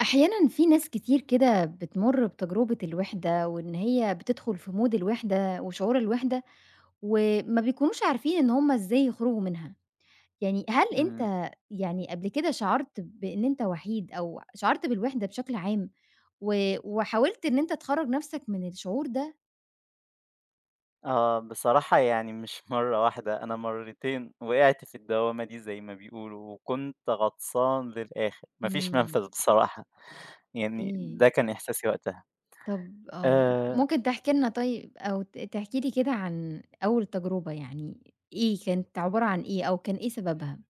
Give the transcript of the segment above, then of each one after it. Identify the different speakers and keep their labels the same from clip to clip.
Speaker 1: أحيانًا في ناس كتير كده بتمُر بتجربة الوِحدة، وإن هي بتدخل في مود الوِحدة وشعور الوِحدة، وما بيكونوش عارفين إن هُم إزاي يخرجوا منها، يعني هل
Speaker 2: إمم.
Speaker 1: أنت يعني قبل كده شعرت بإن أنت وحيد أو شعرت بالوِحدة بشكل عام، و وحاولت إن أنت تخرّج نَفْسك من الشعور ده؟
Speaker 2: آه، بصراحة يعني مش مرّة واحدة، أنا مرّتين وقعت في الدوّامة دي زي ما بيقولوا، وكنت غطسان للآخر، ما فيش
Speaker 1: إمم،
Speaker 2: منفذ بصراحة، يعني
Speaker 1: أوكي،
Speaker 2: ده كان إحساسي وقتها.
Speaker 1: طَب
Speaker 2: آآ،
Speaker 1: ممكن تحكي لنا طيب أو تحكي لي كده عن أول تجربة يعني إيه، كانت عبارة عن إيه أو كان إيه سببها؟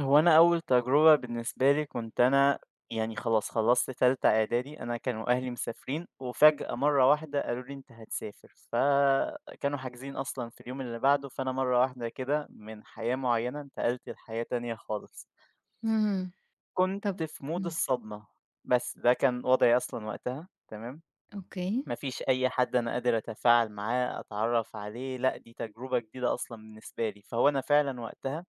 Speaker 2: هو أنا أول تجربة بالنسبة لي كنت أنا يعني خلاص خلّصت تالتة إعدادي، أنا كانوا أهلي مسافرين، وفجأة مرّة واحدة قالوا لي: "أنت هتسافر." فكانوا حاجزين أصلًا في اليوم اللي بعده، فأنا مرّة واحدة كده من حياة معيّنة انتقلت لحياة تانية خالص.
Speaker 1: اهم. طب
Speaker 2: كنت في مود
Speaker 1: إمم،
Speaker 2: الصدمة، بس ده كان وضعي أصلًا وقتها، تمام،
Speaker 1: أوكي،
Speaker 2: ما فيش أي حد أنا قادر أتفاعل معاه، أتعرّف عليه، لأ دي تجربة جديدة أصلًا بالنسبة لي، فهو أنا فعلًا وقتها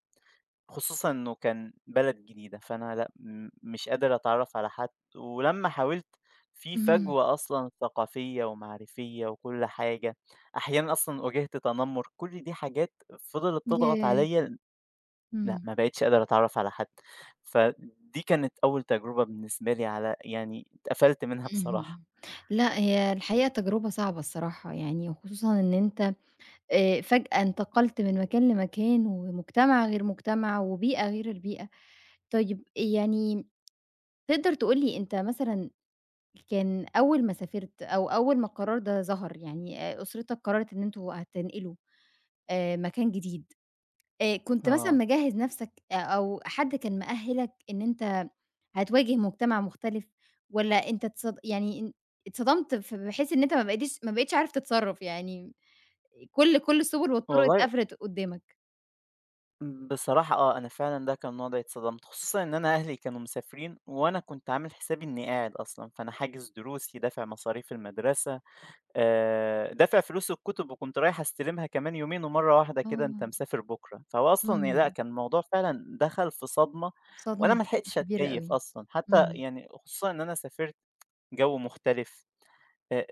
Speaker 2: خصوصًا إنه كان بلد جديدة، فأنا لأ مش قادر أتعرّف على حد، ولمّا حاولت في
Speaker 1: اهم،
Speaker 2: فجوة أصلًا ثقافية ومعرفية وكل حاجة، أحيانًا أصلًا واجهت تنمر، كل دي حاجات فضلت تضغط
Speaker 1: ياه!
Speaker 2: عليَّ لأ،
Speaker 1: إمم،
Speaker 2: ما بقيتش قادر أتعرّف على حد، فدي كانت أول تجربة بالنسبة لي على يعني اتقفلت منها بصراحة.
Speaker 1: اهم، لأ هي الحقيقة تجربة صعبة الصراحة يعني، وخصوصًا إن أنت فجأة انتقلت من مكان لمكان، ومجتمع غير مجتمع، وبيئة غير البيئة. طيب يعني تقدر تقول لي أنت مثلًا كان أول ما سافرت أو أول ما القرار ده ظهر يعني أسرتك قررت إن أنتم هتنقلوا مكان جديد كنت مثلًا
Speaker 2: آه،
Speaker 1: مجهّز نَفْسك أو حد كان مأهّلك إن أنت هتواجه مجتمع مختلف والّا أنت اتصدمت بحيث إن أنت ما بقيتش عارف تتصرّف، يعني كل السُبُل والطُرُق
Speaker 2: والله
Speaker 1: اتقفلت قُدّامك؟
Speaker 2: بصراحة أنا فعلًا ده كان وضعي اتصدمت، خصوصًا إن أنا أهلي كانوا مسافرين وأنا كنت عامل حسابي إني قاعد أصلًا، فأنا حاجز دروسي، دافع مصاريف المدرسة، دافع فلوس الكُتب وكنت رايح أستلمها كمان يومين ومرّة واحدة كده
Speaker 1: آه،
Speaker 2: أنت مسافر بُكرة، فهو أصلًا يعني لأ،
Speaker 1: إمم،
Speaker 2: كان الموضوع فعلًا دخل في صدمة
Speaker 1: صدمة
Speaker 2: وأنا ما
Speaker 1: س
Speaker 2: لحقتش
Speaker 1: كبيرة
Speaker 2: أتكيّف
Speaker 1: أوي.
Speaker 2: أصلًا، حتى
Speaker 1: إمم،
Speaker 2: يعني خصوصًا إن أنا سافرت جو مختلف، آآ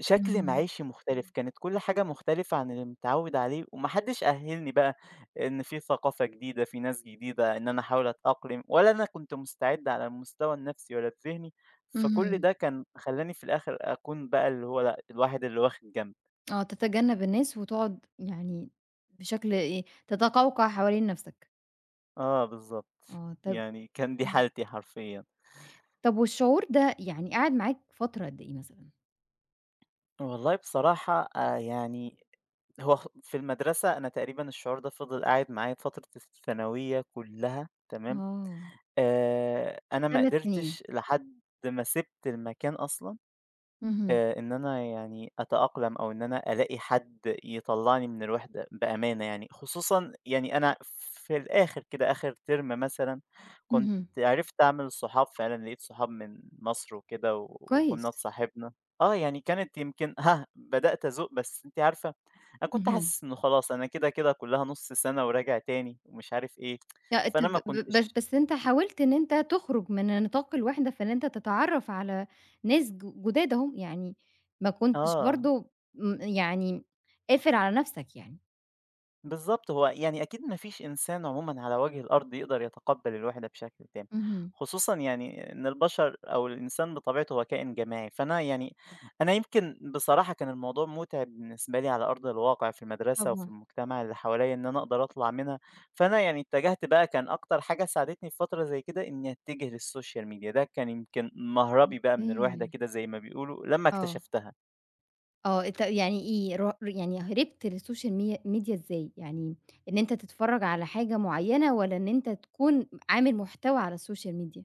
Speaker 2: شكل
Speaker 1: اهم،
Speaker 2: معيشي مختلف. كانت كل حاجة مختلفة عن اللي متعوّد عليه وما حدّش أهّلني بقى إن في ثقافة جديدة، في ناس جديدة، إن أنا أحاول أتأقلم ولا أنا كنت مستعد على المستوى النفسي ولا الذهني، فكل
Speaker 1: اهم،
Speaker 2: ده كان خلّاني في الآخر أكون بقى اللي هو لأ، الواحد اللي واخد جنب.
Speaker 1: آه، تتجنّب الناس وتقعد يعني بشكل إيه، تتقوقع حوالين نَفْسك.
Speaker 2: آه بالضبط،
Speaker 1: طَب
Speaker 2: يعني كان دي
Speaker 1: إمم،
Speaker 2: حالتي حرفيًا.
Speaker 1: طَب والشعور ده يعني قعد معاك فترة قد إيه مثلًا؟
Speaker 2: والله بصراحة يعني هو في المدرسة أنا تقريبًا الشعور ده فضل قاعد معايا فترة الثانوية كُلّها تمام.
Speaker 1: آه.
Speaker 2: أنا ما
Speaker 1: 3 سنين.
Speaker 2: قدرتش لحد ما سِبت المكان أصلًا،
Speaker 1: اهم،
Speaker 2: إن أنا يعني أتأقلم أو إن أنا ألاقي حد يطلّعني من الوِحدة بأمانة يعني، خصوصًا يعني أنا في الآخر كده آخر ترم مثلًا، كنت
Speaker 1: اهم.
Speaker 2: عرفت أعمل صحاب فعلًا، لقيت صحاب من مصر وكده و وكُنّا
Speaker 1: كويس.
Speaker 2: اتصاحبنا. آه، يعني كانت يمكن بدأت أزُوق بس أنتِ عارفة، أنا كنت
Speaker 1: اهم.
Speaker 2: حاسس إنه خلاص أنا كده، كده كُلّها نُص سَنة وراجع تاني ومش عارف إيه،
Speaker 1: لأ أنت
Speaker 2: فأنا
Speaker 1: ب
Speaker 2: ما
Speaker 1: ب بس
Speaker 2: كنتش
Speaker 1: بس أنت حاولت إن أنت تخرج من نطاق الوحدة، فإن أنت تتعرّف على ناس ج جداد أهم، يعني ما كنتش
Speaker 2: آه.
Speaker 1: برضه يعني قافل على نَفْسك يعني.
Speaker 2: بالضبط، هو يعني أكيد ما فيش إنسان عمومًا على وجه الأرض يقدر يتقبّل الوحدة بشكل تام،
Speaker 1: اهم.
Speaker 2: خصوصًا يعني إن البشر أو الإنسان بطبيعته هو كائن جماعي، فأنا يعني أنا يمكن بصراحة كان الموضوع مُتعب بالنسبة لي على أرض الواقع في المدرسة وفي
Speaker 1: طبعًا.
Speaker 2: المجتمع اللي حواليّا إن أنا أقدر أطلع منها، فأنا يعني اتجهت بقى كان أكتر حاجة ساعدتني في فترة زي كده إني أتجه للسوشيال ميديا، ده كان يمكن مهربي بقى من الوحدة
Speaker 1: أوكي.
Speaker 2: كده زي ما بيقولوا لمّا
Speaker 1: آه،
Speaker 2: اكتشفتها.
Speaker 1: آه أنت يعني إيه ر يعني هربت للسوشيال ميديا إزاي؟ يعني إن أنت تتفرّج على حاجة معيّنة والّا إن أنت تكون عامل محتوى على السوشيال ميديا؟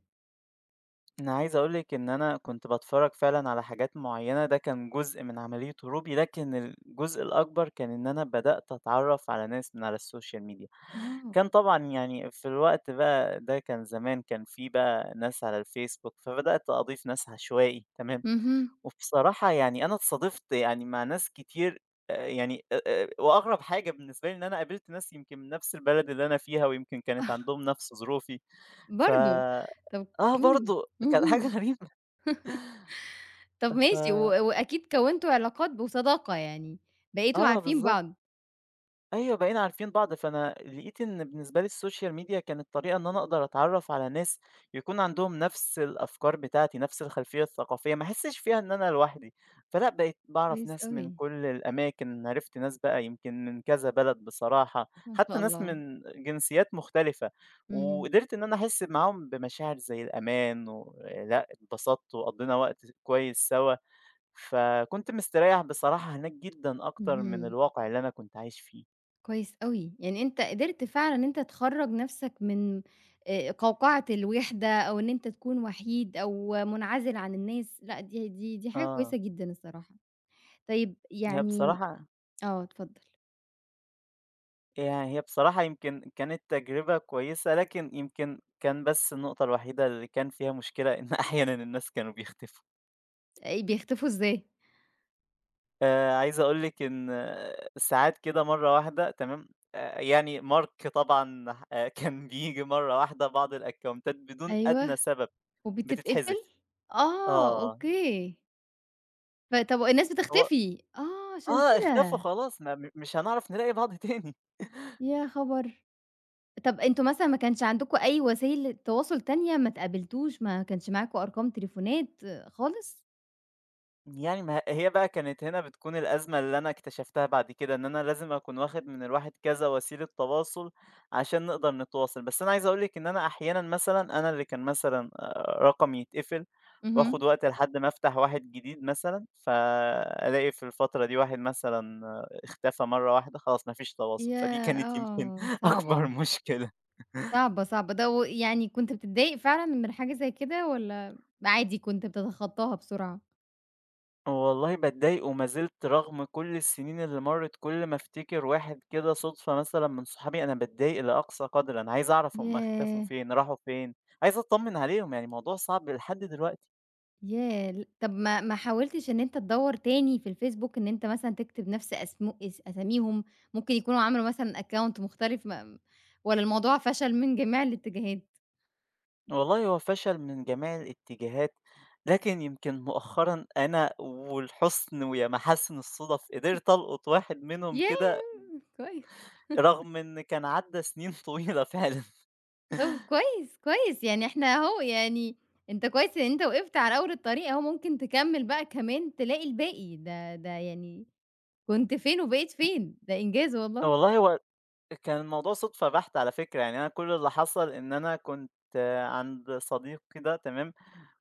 Speaker 2: أنا عايز أقول لِك إن أنا كنت باتفرّج فعلًا على حاجات معيّنة، ده كان جزء من عملية هروبي، لكن الجزء الأكبر كان إن أنا بدأت أتعرّف على ناس من على السوشيال ميديا.
Speaker 1: آه.
Speaker 2: كان طبعًا يعني في الوقت بقى ده كان زمان، كان في بقى ناس على الفيسبوك، فبدأت أضيف ناس عشوائي تمام،
Speaker 1: اهم.
Speaker 2: وبصراحة يعني أنا اتصادفت يعني مع ناس كتير يعني أ أ وأغرب حاجة بالنسبة لي إن أنا قابلت ناس يمكن من نفس البلد اللي أنا فيها ويمكن كانت عندهم نفس ظروفي، ف
Speaker 1: برضه! طب
Speaker 2: آه
Speaker 1: إمم.
Speaker 2: برضه كانت حاجة
Speaker 1: اهم.
Speaker 2: غريبة.
Speaker 1: طب
Speaker 2: ف
Speaker 1: ماشي وأكيد كوّنتوا علاقات وصداقة يعني، بقيتوا
Speaker 2: آه
Speaker 1: عارفين
Speaker 2: بالضبط،
Speaker 1: بعض.
Speaker 2: أيوه بقينا عارفين بعض، فأنا لقيت إن بالنسبة لي السوشيال ميديا كانت طريقة إن أنا أقدر أتعرّف على ناس يكون عندهم نفس الأفكار بتاعتي، نفس الخلفية الثقافية، ما أحسش فيها إن أنا لوحدي، فلأ بقيت باعرف
Speaker 1: كويس
Speaker 2: ناس من
Speaker 1: أوي،
Speaker 2: كل الأماكن، عرفت ناس بقى يمكن من كذا بلد بصراحة،
Speaker 1: ما
Speaker 2: حتى
Speaker 1: شاء
Speaker 2: ناس
Speaker 1: الله.
Speaker 2: من جنسيات مختلفة،
Speaker 1: اهم،
Speaker 2: وقدرت إن أنا أحس معاهم بمشاعر زي الأمان، ولأ اتبسطت وقضينا وقت كويس سوا. فكنت مستريّح بصراحة هناك جدًا أكتر من
Speaker 1: اهم.
Speaker 2: الواقع اللي أنا كنت عايش فيه.
Speaker 1: كويس أوي. يعني أنت قدرت فعلًا إن أنت تخرّج نَفْسك من قوقعة الوِحدة أو إن أنت تكون وحيد أو منعزل عن الناس، لأ دي حاجة
Speaker 2: آه.
Speaker 1: كويسة جدًا الصراحة. طيب
Speaker 2: هي
Speaker 1: يعني
Speaker 2: بصراحة
Speaker 1: اتفضّل.
Speaker 2: هي بصراحة يمكن كانت تجربة كويسة، لكن يمكن كان بس النقطة الوحيدة اللي كان فيها مشكلة إن أحيانًا الناس كانوا بيختفوا.
Speaker 1: بيختفوا إزاي؟
Speaker 2: عايز أقول لِك إن ساعات كده مرّة واحدة تمام، يعني Mark طبعًا ح كان بييجي مرّة واحدة بعض الأكاونتات بدون أدنى
Speaker 1: أيوه.
Speaker 2: سبب
Speaker 1: وبتتقفل؟
Speaker 2: بتتحذف.
Speaker 1: آه،
Speaker 2: آه.
Speaker 1: أوكي. طب والناس
Speaker 2: هو
Speaker 1: بتختفي، آه، عشان
Speaker 2: اختفوا
Speaker 1: كده،
Speaker 2: خلاص ما مش هنعرف نلاقي بعض تاني.
Speaker 1: يا خبر! طب أنتم مثلًا ما كانش عندكم أي وسائل تواصل تانية، ما اتقابلتوش، ما كانش معاكم أرقام تليفونات آه، خالص؟
Speaker 2: يعني ما هي بقى كانت هنا بتكون الأزمة اللي أنا اكتشفتها بعد كده، إن أنا لازم أكون واخد من الواحد كذا وسيلة تواصل عشان نقدر نتواصل، بس أنا عايز أقول لِك إن أنا أحيانًا مثلًا أنا اللي كان مثلًا رقمي يتقفل
Speaker 1: اهم.
Speaker 2: وآخد وقت لحد ما أفتح واحد جديد مثلًا، فألاقي في الفترة دي واحد مثلًا اختفى مرة واحدة، خلاص ما فيش تواصل، فدي
Speaker 1: ياه!
Speaker 2: كانت يمكن
Speaker 1: آه،
Speaker 2: أكبر
Speaker 1: صعبة،
Speaker 2: مشكلة.
Speaker 1: صعبة. ده ويعني كنت بتتضايق فعلًا من حاجة زي كده والّا عادي كنت بتتخطاها بسرعة؟
Speaker 2: والله باتضايق وما زلت رغم كل السنين اللي مرّت كل ما أفتكر واحد كده صُدفة مثلًا من صحابي أنا باتضايق لأقصى قدر، أنا عايز أعرف هم اختفوا
Speaker 1: ياه!
Speaker 2: فين، راحوا فين، عايز أتطمن عليهم، يعني الموضوع صعب لحد دلوقتي.
Speaker 1: ياه! طب ما حاولتش إن أنت تدوّر تاني في الفيسبوك إن أنت مثلًا تكتب نفس أسمو أس أساميهم، ممكن يكونوا عملوا مثلًا account مختلف ما والّا الموضوع فشل من جميع الاتجاهات؟
Speaker 2: والله هو فشل من جميع الاتجاهات، لكن يمكن مؤخرًا أنا والحُسن ويا محاسن الصُّدف قدرت ألقُط واحد منهم كده
Speaker 1: ياه! كويس،
Speaker 2: رغم إن كان عدّى سنين طويلة فعلًا.
Speaker 1: طب كويس، كويس يعني إحنا أهو يعني أنت كويس إن أنت وقفت على أول الطريق أهو ممكن تكمّل بقى كمان تلاقي الباقي، ده يعني كنت فين وبقيت فين، ده إنجاز والله.
Speaker 2: والله هو كان الموضوع صُدفة بحتة على فكرة، يعني أنا كل اللي حصل إن أنا كنت عند صديق كده تمام،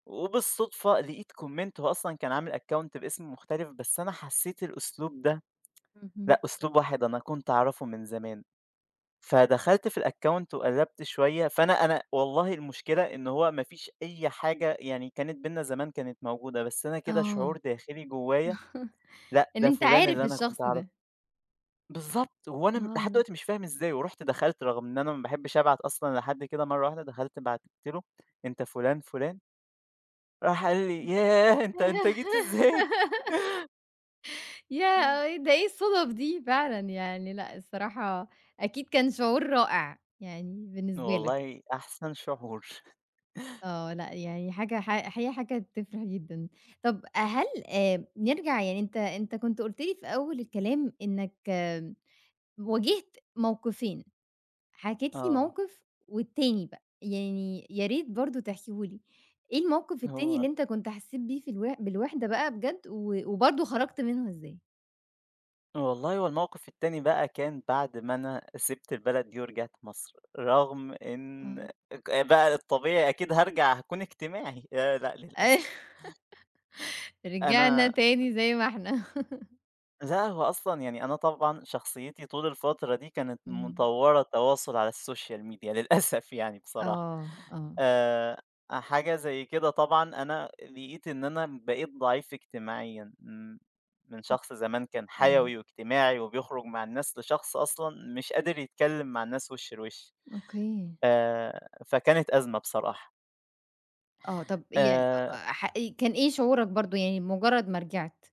Speaker 2: وبالصدفة لقيت comment هو أصلًا كان عامل account باسم مختلف، بس أنا حسيت الأسلوب ده
Speaker 1: اهم،
Speaker 2: لأ، أسلوب واحد أنا كنت أعرفه من زمان، فدخلت في الaccount وقلّبت شوية، فأنا والله المشكلة إن هو ما فيش أي حاجة يعني كانت بيننا زمان كانت موجودة، بس أنا كده
Speaker 1: آه.
Speaker 2: شعور داخلي جوايا لأ،
Speaker 1: إن
Speaker 2: ده
Speaker 1: أنت
Speaker 2: فلان
Speaker 1: عارف
Speaker 2: اللي أنا
Speaker 1: الشخص
Speaker 2: كنت
Speaker 1: ده.
Speaker 2: أعرفه. بالضبط، هو أنا لحد
Speaker 1: آه.
Speaker 2: دلوقتي مش فاهم إزاي، ورُحت دخلت رغم إن أنا ما باحبش أبعت أصلًا لحد كده مرّة واحدة، دخلت بعتت له: "أنت فُلان، فُلان." راح قال لي: "ياه! أنت جيت إزاي؟"
Speaker 1: ياه! ده إيه الصُدف دي فعلًا يعني لأ، الصراحة أكيد كان شعور رائع يعني بالنسبة لك.
Speaker 2: والله أحسن شعور.
Speaker 1: آه، لأ يعني حاجة ح الحقيقة حاجة تفرح جدًا. طب هل نرجع يعني أنت كنت قُلت لي في أول الكلام إنّك آه واجهت موقفين، حكيت لي
Speaker 2: آه،
Speaker 1: موقف والتاني بقى، يعني يا ريت برضه تحكيه لي. إيه الموقف التاني
Speaker 2: هو
Speaker 1: اللي أنت كنت حسّيت بيه في بالوحدة بقى بجد وبرضه خرجت منه إزاي؟
Speaker 2: والله هو الموقف التاني بقى كان بعد ما أنا سِبت البلد دي ورجعت مصر، رغم إن
Speaker 1: آه.
Speaker 2: بقى الطبيعي أكيد هارجع هاكون اجتماعي، لأ للأسف.
Speaker 1: رجعنا
Speaker 2: أنا
Speaker 1: تاني زي ما إحنا.
Speaker 2: لأ، هو أصلًا يعني أنا طبعًا شخصيتي طول الفترة دي كانت
Speaker 1: إمم.
Speaker 2: مطوّرة التواصل على السوشيال ميديا للأسف يعني بصراحة.
Speaker 1: آه، آه،
Speaker 2: آآ، حاجة زي كده طبعًا أنا لقيت إن أنا بقيت ضعيف اجتماعيًا، من شخص زمان كان
Speaker 1: آه،
Speaker 2: حيوي واجتماعي وبيخرج مع الناس، لشخص أصلًا مش قادر يتكلم مع الناس وِش لوِش.
Speaker 1: أوكي.
Speaker 2: فكانت أزمة بصراحة.
Speaker 1: آه، طب يعني
Speaker 2: آآ،
Speaker 1: أ ح كان إيه شعورك برضه يعني بمجرد ما رجعت؟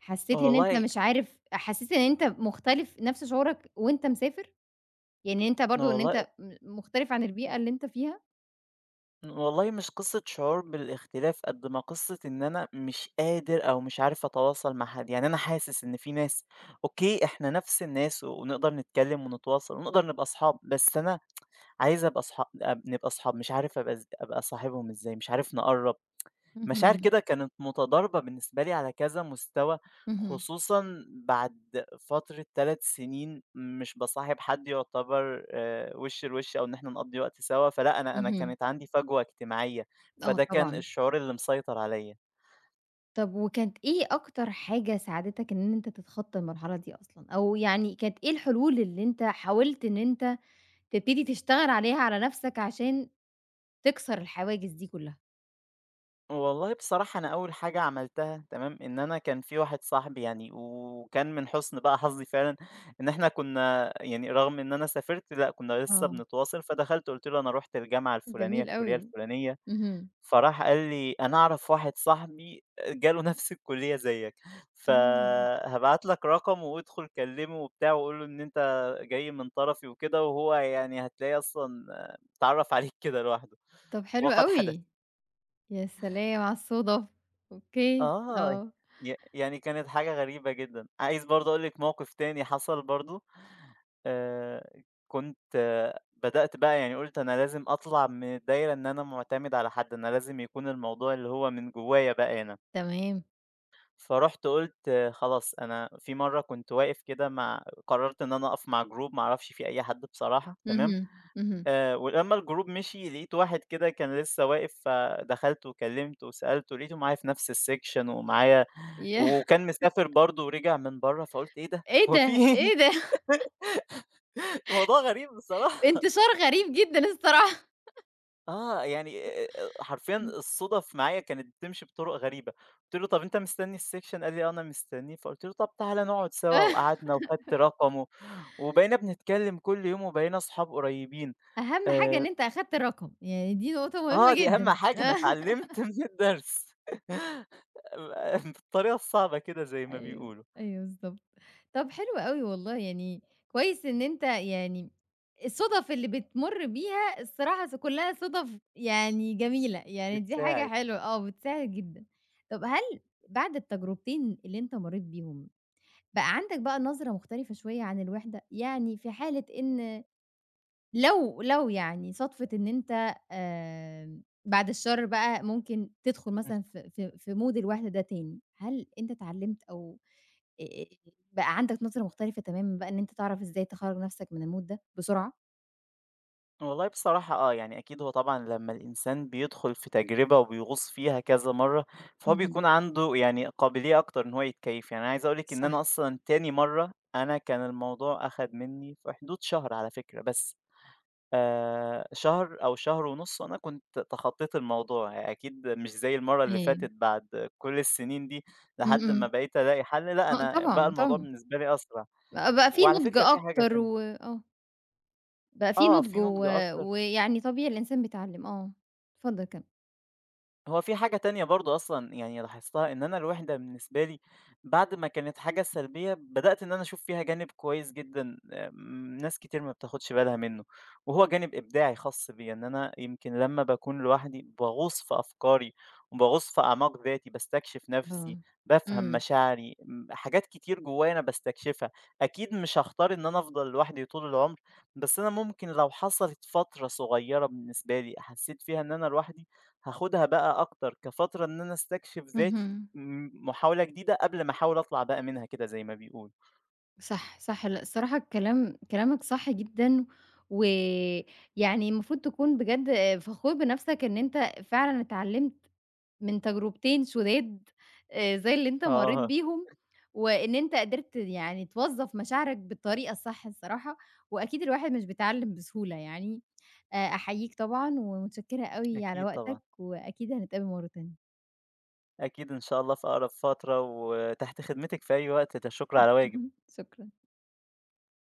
Speaker 1: حسيت إن أنت
Speaker 2: والله
Speaker 1: مش عارف حسيت إن أنت مختلف نفس شعورك وأنت مسافر؟ يعني أنت برضه إن
Speaker 2: والله
Speaker 1: أنت مختلف عن البيئة اللي أنت فيها؟
Speaker 2: والله مش قصة شعور بالاختلاف قد ما قصة إن أنا مش قادر أو مش عارف أتواصل مع حد يعني أنا حاسس إن في ناس أوكي إحنا نفس الناس و- ونقدر نتكلم ونتواصل ونقدر نبقى أصحاب بس أنا عايز أبقى أصحاب نبقى أصحاب مش عارف أبقى أبقى صاحبهم إزاي مش عارف نقرب مشاعر
Speaker 1: اهم،
Speaker 2: كده كانت متضاربة بالنسبة لي على كذا مستوى،
Speaker 1: اهم.
Speaker 2: خصوصًا بعد فترة 3 سنين مش باصاحب حد يعتبر وِش لوِش أو إن إحنا نقضّي وقت سوا، فلأ أنا
Speaker 1: اهم،
Speaker 2: كانت عندي فجوة اجتماعية،
Speaker 1: آه
Speaker 2: فده كان
Speaker 1: طبعًا.
Speaker 2: الشعور اللي مسيطر عليَّ.
Speaker 1: طب وكانت إيه أكتر حاجة ساعدتك إن أنت تتخطى المرحلة دي أصلًا؟ أو يعني كانت إيه الحلول اللي أنت حاولت إن أنت تبتدي تشتغل عليها على نفْسك عشان تكسر الحواجز دي كلّها.
Speaker 2: والله بصراحة أنا أول حاجة عملتها تمام، إن أنا كان في واحد صاحبي يعني وكان من حُسن بقى حظي فعلًا إن إحنا كنا يعني رغم إن أنا سافرت لأ، كنا لسه
Speaker 1: آه،
Speaker 2: بنتواصل، فدخلت قُلت له: "أنا رُحت الجامعة الفلانية،
Speaker 1: جميل
Speaker 2: الكلية
Speaker 1: أوي.
Speaker 2: الفلانية."
Speaker 1: اهم.
Speaker 2: فراح قال لي: "أنا أعرف واحد صاحبي جاله نفس الكلية زيّك،
Speaker 1: آه،
Speaker 2: فهابعت لك رقمه وادخل كلمه وبتاع وقُل له إن أنت جاي من طرفي وكده، وهو يعني هتلاقيه أصلًا اتعرّف عليك كده لوحده."
Speaker 1: طب حلو
Speaker 2: وقد حدث.
Speaker 1: أوي، يا سلام على الصُدف! أوكي،
Speaker 2: آه.
Speaker 1: آه،
Speaker 2: يعني كانت حاجة غريبة جدًا. عايز برضه أقول لِك موقف تاني حصل برضه، كنت بدأت بقى يعني قُلت أنا لازم أطلع من الدايرة إن أنا مُعتمد على حد، أنا لازم يكون الموضوع اللي هو من جوايا بقى أنا.
Speaker 1: تمام.
Speaker 2: فرُحت قُلت خلاص أنا في مرّة كنت واقف كده قرّرت إن أنا أقف مع group ما أعرفش فيه أي حد بصراحة تمام،
Speaker 1: اهم، اهم.
Speaker 2: ولمّا الgroup مشي لقيت واحد كده كان لسه واقف، فدخلت وكلّمته وسألته لقيته معايا في نفس الsection ومعايا
Speaker 1: ياه!
Speaker 2: وكان مسافر برضه ورجع من برّه، فقُلت إيه ده
Speaker 1: إيه
Speaker 2: هو في
Speaker 1: ده!
Speaker 2: إيه؟
Speaker 1: إيه ده!
Speaker 2: الموضوع غريب بصراحة
Speaker 1: انتشار غريب جدًا الصراحة.
Speaker 2: يعني حرفيًا
Speaker 1: إمم.
Speaker 2: الصُدَف معايا كانت بتمشي بطُرق غريبة، قُلت له: "طَب أنت مستني الsection؟" قال لي: "آه أنا مستنيه." فقُلت له: "طَب تعالَ نقعد سوا." وقعدنا وخدت رقمه وبقينا بنتكلم كل يوم وبقينا أصحاب قريبين.
Speaker 1: أهم حاجة إن
Speaker 2: آآ
Speaker 1: أنت أخدت الرقم، يعني دي نقطة
Speaker 2: آه،
Speaker 1: مهمة
Speaker 2: دي أهم
Speaker 1: جدًا.
Speaker 2: حاجة أنا اتعلمت من الدرس. بالطريقة الصعبة كده زي ما
Speaker 1: أيوه،
Speaker 2: بيقولوا،
Speaker 1: أيوه بالضبط. طب حلو أوي والله، يعني كويس إن أنت يعني الصُدَف اللي بتمُر بيها الصراحة كلّها صُدَف يعني جميلة، يعني دي حاجة
Speaker 2: بتساعد.
Speaker 1: حلوة آه، بتساعد جدًا. طب هل بعد التجربتين اللي أنت مرّيت بيهم، بقى عندك نظرة مختلفة شوية عن الوِحدة؟ يعني في حالة إن لو يعني صادفت إن أنت آمم، بعد الشر بقى ممكن تدخُل
Speaker 2: إمم.
Speaker 1: مثلًا في mood الوِحدة ده تاني، هل أنت اتعلّمت أو آآ بقى عندك نظرة مختلفة تمامًا بقى إن أنت تعرف إزاي تخرّج نفْسك من الmood ده بسرعة.
Speaker 2: والله بصراحة يعني أكيد هو طبعًا لمّا الإنسان بيدخل في تجربة وبيغوص فيها كذا مرّة، فهو
Speaker 1: اهم،
Speaker 2: بيكون عنده يعني قابلية أكتر إن هو يتكيّف. يعني أنا عايز أقول لِك إن
Speaker 1: صح،
Speaker 2: أنا أصلًا تاني مرّة، أنا كان الموضوع أخَد منّي في حدود شهر على فكرة بس. شهر أو شهر ونُص وأنا كنت تخطّيت الموضوع، يعني أكيد مش زي المَرّة اللي
Speaker 1: أيوه،
Speaker 2: فاتت بعد كل السنين دي
Speaker 1: إمم،
Speaker 2: لحد ما
Speaker 1: إمم،
Speaker 2: بقيت ألاقي حَل، لأ
Speaker 1: آه
Speaker 2: أنا بقى
Speaker 1: طبعًا،
Speaker 2: الموضوع
Speaker 1: طبعًا،
Speaker 2: بالنسبة لي أسرع،
Speaker 1: بقى في
Speaker 2: وعلى
Speaker 1: نُضج
Speaker 2: فكرة في حاجة
Speaker 1: أكتر
Speaker 2: تانية،
Speaker 1: آه، بقى في
Speaker 2: آه
Speaker 1: نُضج
Speaker 2: في نُضج أكتر
Speaker 1: ويعني طبيعي الإنسان بيتعلّم، آه، اتفضل كمّل.
Speaker 2: هو في حاجة تانية برضه أصلًا يعني لاحظتها، إن أنا الوِحدة بالنسبة لي بعد ما كانت حاجة سلبية، بدأت إن أنا أشوف فيها جانب كويس جدًا ناس كتير ما بتاخدش بالها منّه، وهو جانب إبداعي خاص بيّا، إن أنا يمكن لمّا باكون لوحدي باغوص في أفكاري، وباغوص في أعماق ذاتي، باستكشف نَفْسي،
Speaker 1: الله.
Speaker 2: بافهم
Speaker 1: إمم،
Speaker 2: مشاعري، حاجات كتير جوّايا أنا باستكشفها، أكيد مش هاختار إن أنا أفضل لوحدي طول العمر، بس أنا ممكن لو حصلت فترة صغيّرة بالنسبة لي حسّيت فيها إن أنا لوحدي هاخدها بقى أكتر كفترة إن أنا أستكشف ذاتي،
Speaker 1: اهم،
Speaker 2: محاولة جديدة قبل ما أحاول أطلع بقى منها كده زي ما بيقولوا.
Speaker 1: صح، صح، لأ الصراحة الكلام كلامك صح جدًا، ويعني المفروض تكون بجد فخور بنفْسك إن أنت فعلًا اتعلّمت من تجربتين شداد زي اللي أنت مرّيت
Speaker 2: آه،
Speaker 1: بيهم، وإن أنت قدرت يعني توظّف مشاعرك بالطريقة الصح الصراحة، وأكيد الواحد مش بيتعلّم بسهولة يعني، أحييك طبعًا ومتشكّرة أوي على
Speaker 2: أكيد
Speaker 1: وقتك،
Speaker 2: طبعًا،
Speaker 1: وأكيد هنتقابل مرّة تانية.
Speaker 2: أكيد إن شاء الله في أقرب فترة، وتحت خدمتِك في أي وقت، ده الشكر على واجب.
Speaker 1: شكرًا.